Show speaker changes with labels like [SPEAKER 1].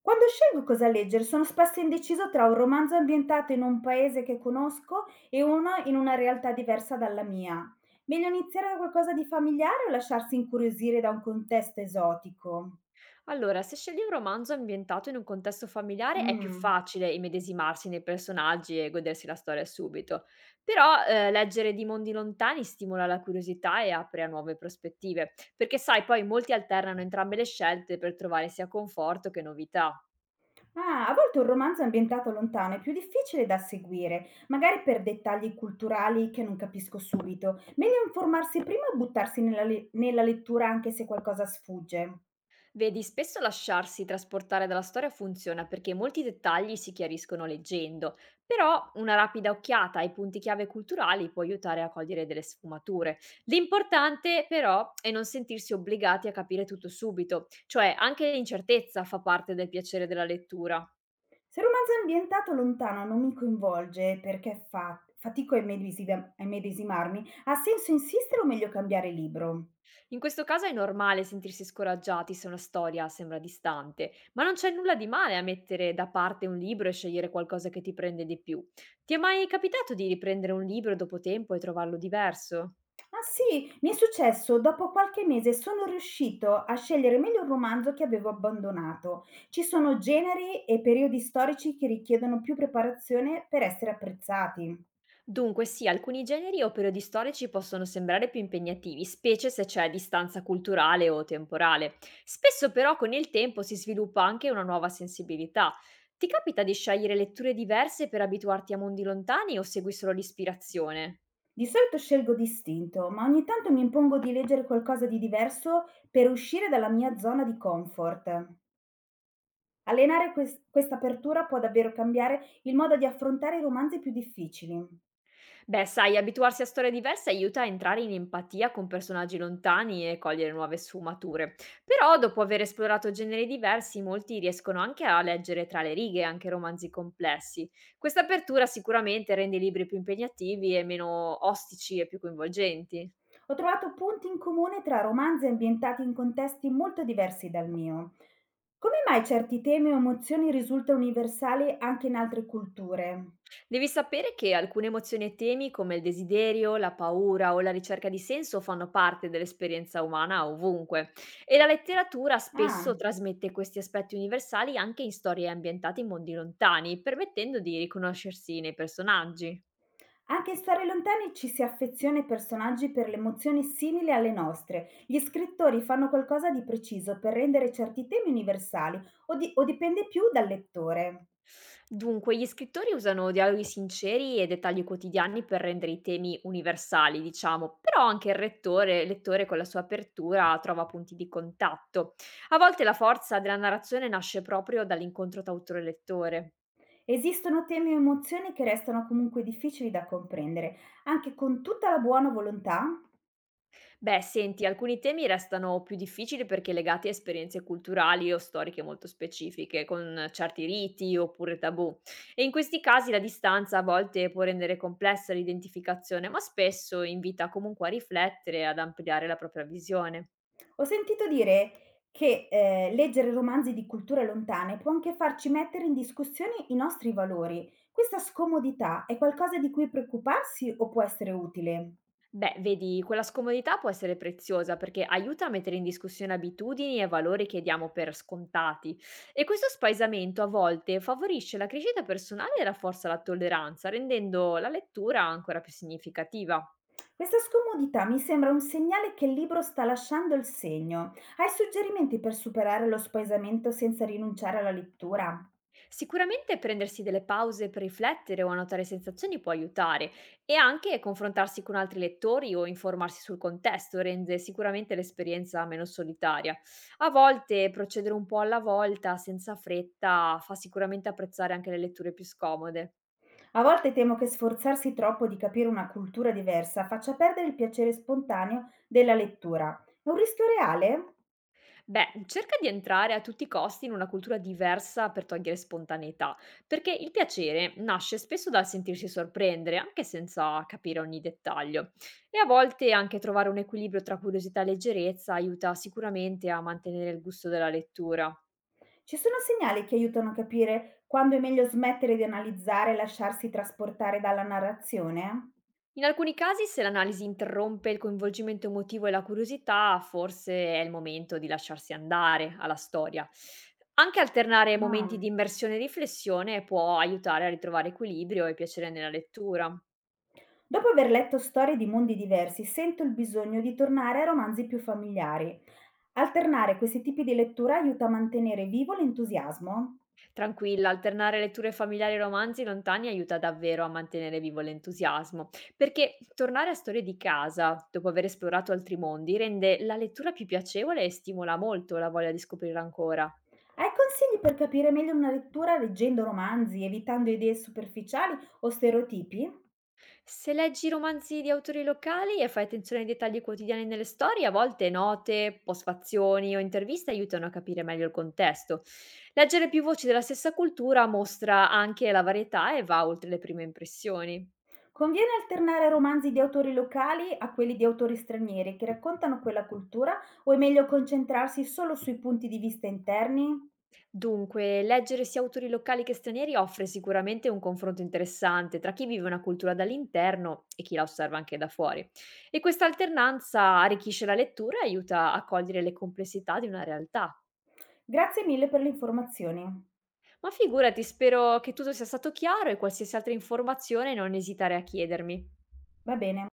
[SPEAKER 1] Quando scelgo cosa leggere, sono spesso indeciso tra un romanzo ambientato in un paese che conosco e uno in una realtà diversa dalla mia. Meglio iniziare da qualcosa di familiare o lasciarsi incuriosire da un contesto esotico?
[SPEAKER 2] Allora, se scegli un romanzo ambientato in un contesto familiare è più
[SPEAKER 1] Mm.
[SPEAKER 2] facile immedesimarsi nei personaggi e godersi la storia subito, però leggere di mondi lontani stimola la curiosità e apre a nuove prospettive, perché sai, poi molti alternano entrambe le scelte per trovare sia conforto che novità.
[SPEAKER 1] Ah, a volte un romanzo ambientato lontano è più difficile da seguire, magari per dettagli culturali che non capisco subito. Meglio informarsi prima o buttarsi nella lettura anche se qualcosa sfugge.
[SPEAKER 2] Vedi, spesso lasciarsi trasportare dalla storia funziona perché molti dettagli si chiariscono leggendo, però una rapida occhiata ai punti chiave culturali può aiutare a cogliere delle sfumature. L'importante però è non sentirsi obbligati a capire tutto subito, cioè anche l'incertezza fa parte del piacere della lettura.
[SPEAKER 1] Se il romanzo è ambientato lontano non mi coinvolge perché fa fatico a immedesiva a immedesimarmi, ha senso insistere o meglio cambiare libro?
[SPEAKER 2] In questo caso è normale sentirsi scoraggiati se una storia sembra distante, ma non c'è nulla di male a mettere da parte un libro e scegliere qualcosa che ti prende di più. Ti è mai capitato di riprendere un libro dopo tempo e trovarlo diverso?
[SPEAKER 1] Ah sì, mi è successo, dopo qualche mese sono riuscito a scegliere meglio un romanzo che avevo abbandonato. Ci sono generi e periodi storici che richiedono più preparazione per essere apprezzati.
[SPEAKER 2] Dunque sì, alcuni generi o periodi storici possono sembrare più impegnativi, specie se c'è distanza culturale o temporale. Spesso però con il tempo si sviluppa anche una nuova sensibilità. Ti capita di scegliere letture diverse per abituarti a mondi lontani o segui solo l'ispirazione?
[SPEAKER 1] Di solito scelgo distinto, ma ogni tanto mi impongo di leggere qualcosa di diverso per uscire dalla mia zona di comfort. Allenare questa apertura può davvero cambiare il modo di affrontare i romanzi più difficili.
[SPEAKER 2] Beh, sai, abituarsi a storie diverse aiuta a entrare in empatia con personaggi lontani e cogliere nuove sfumature. Però, dopo aver esplorato generi diversi, molti riescono anche a leggere tra le righe anche romanzi complessi. Questa apertura sicuramente rende i libri più impegnativi e meno ostici e più coinvolgenti.
[SPEAKER 1] Ho trovato punti in comune tra romanzi ambientati in contesti molto diversi dal mio. Come mai certi temi o emozioni risultano universali anche in altre culture?
[SPEAKER 2] Devi sapere che alcune emozioni e temi come il desiderio, la paura o la ricerca di senso fanno parte dell'esperienza umana ovunque e la letteratura spesso
[SPEAKER 1] Ah,
[SPEAKER 2] trasmette questi aspetti universali anche in storie ambientate in mondi lontani, permettendo di riconoscersi nei personaggi.
[SPEAKER 1] anche in storie lontane ci si affeziona ai personaggi per le emozioni simili alle nostre. Gli scrittori fanno qualcosa di preciso per rendere certi temi universali o dipende più dal lettore?
[SPEAKER 2] Dunque, gli scrittori usano dialoghi sinceri e dettagli quotidiani per rendere i temi universali, diciamo, però anche lettore con la sua apertura trova punti di contatto. A volte la forza della narrazione nasce proprio dall'incontro tra autore e lettore.
[SPEAKER 1] Esistono temi o emozioni che restano comunque difficili da comprendere, anche con tutta la buona volontà?
[SPEAKER 2] Beh, senti, alcuni temi restano più difficili perché legati a esperienze culturali o storiche molto specifiche, con certi riti oppure tabù. E in questi casi la distanza a volte può rendere complessa l'identificazione, ma spesso invita comunque a riflettere e ad ampliare la propria visione.
[SPEAKER 1] Ho sentito dire che leggere romanzi di culture lontane può anche farci mettere in discussione i nostri valori. Questa scomodità è qualcosa di cui preoccuparsi o può essere utile?
[SPEAKER 2] Beh, vedi, quella scomodità può essere preziosa perché aiuta a mettere in discussione abitudini e valori che diamo per scontati. E questo spaesamento a volte favorisce la crescita personale e rafforza la tolleranza, rendendo la lettura ancora più significativa.
[SPEAKER 1] Questa scomodità mi sembra un segnale che il libro sta lasciando il segno. Hai suggerimenti per superare lo spaesamento senza rinunciare alla lettura?
[SPEAKER 2] Sicuramente prendersi delle pause per riflettere o annotare sensazioni può aiutare e anche confrontarsi con altri lettori o informarsi sul contesto rende sicuramente l'esperienza meno solitaria. A volte procedere un po' alla volta, senza fretta, fa sicuramente apprezzare anche le letture più scomode.
[SPEAKER 1] A volte temo che sforzarsi troppo di capire una cultura diversa faccia perdere il piacere spontaneo della lettura. È un rischio reale?
[SPEAKER 2] Beh, cerca di entrare a tutti i costi in una cultura diversa per togliere spontaneità, perché il piacere nasce spesso dal sentirsi sorprendere, anche senza capire ogni dettaglio. E a volte anche trovare un equilibrio tra curiosità e leggerezza aiuta sicuramente a mantenere il gusto della lettura.
[SPEAKER 1] Ci sono segnali che aiutano a capire quando è meglio smettere di analizzare e lasciarsi trasportare dalla narrazione?
[SPEAKER 2] In alcuni casi, se l'analisi interrompe il coinvolgimento emotivo e la curiosità, forse è il momento di lasciarsi andare alla storia. Anche alternare momenti
[SPEAKER 1] Ah.
[SPEAKER 2] di immersione e riflessione può aiutare a ritrovare equilibrio e piacere nella lettura.
[SPEAKER 1] Dopo aver letto storie di mondi diversi, sento il bisogno di tornare a romanzi più familiari. Alternare questi tipi di lettura aiuta a mantenere vivo l'entusiasmo?
[SPEAKER 2] Tranquilla, alternare letture familiari e romanzi lontani aiuta davvero a mantenere vivo l'entusiasmo, perché tornare a storie di casa, dopo aver esplorato altri mondi, rende la lettura più piacevole e stimola molto la voglia di scoprirla ancora.
[SPEAKER 1] Hai consigli per capire meglio una lettura leggendo romanzi, evitando idee superficiali o stereotipi?
[SPEAKER 2] Se leggi romanzi di autori locali e fai attenzione ai dettagli quotidiani nelle storie, a volte note, postfazioni o interviste aiutano a capire meglio il contesto. Leggere più voci della stessa cultura mostra anche la varietà e va oltre le prime impressioni.
[SPEAKER 1] Conviene alternare romanzi di autori locali a quelli di autori stranieri che raccontano quella cultura o è meglio concentrarsi solo sui punti di vista interni?
[SPEAKER 2] Dunque, leggere sia autori locali che stranieri offre sicuramente un confronto interessante tra chi vive una cultura dall'interno e chi la osserva anche da fuori. E questa alternanza arricchisce la lettura e aiuta a cogliere le complessità di una realtà.
[SPEAKER 1] Grazie mille per le informazioni.
[SPEAKER 2] Ma figurati, spero che tutto sia stato chiaro e qualsiasi altra informazione non esitare a chiedermi.
[SPEAKER 1] Va bene.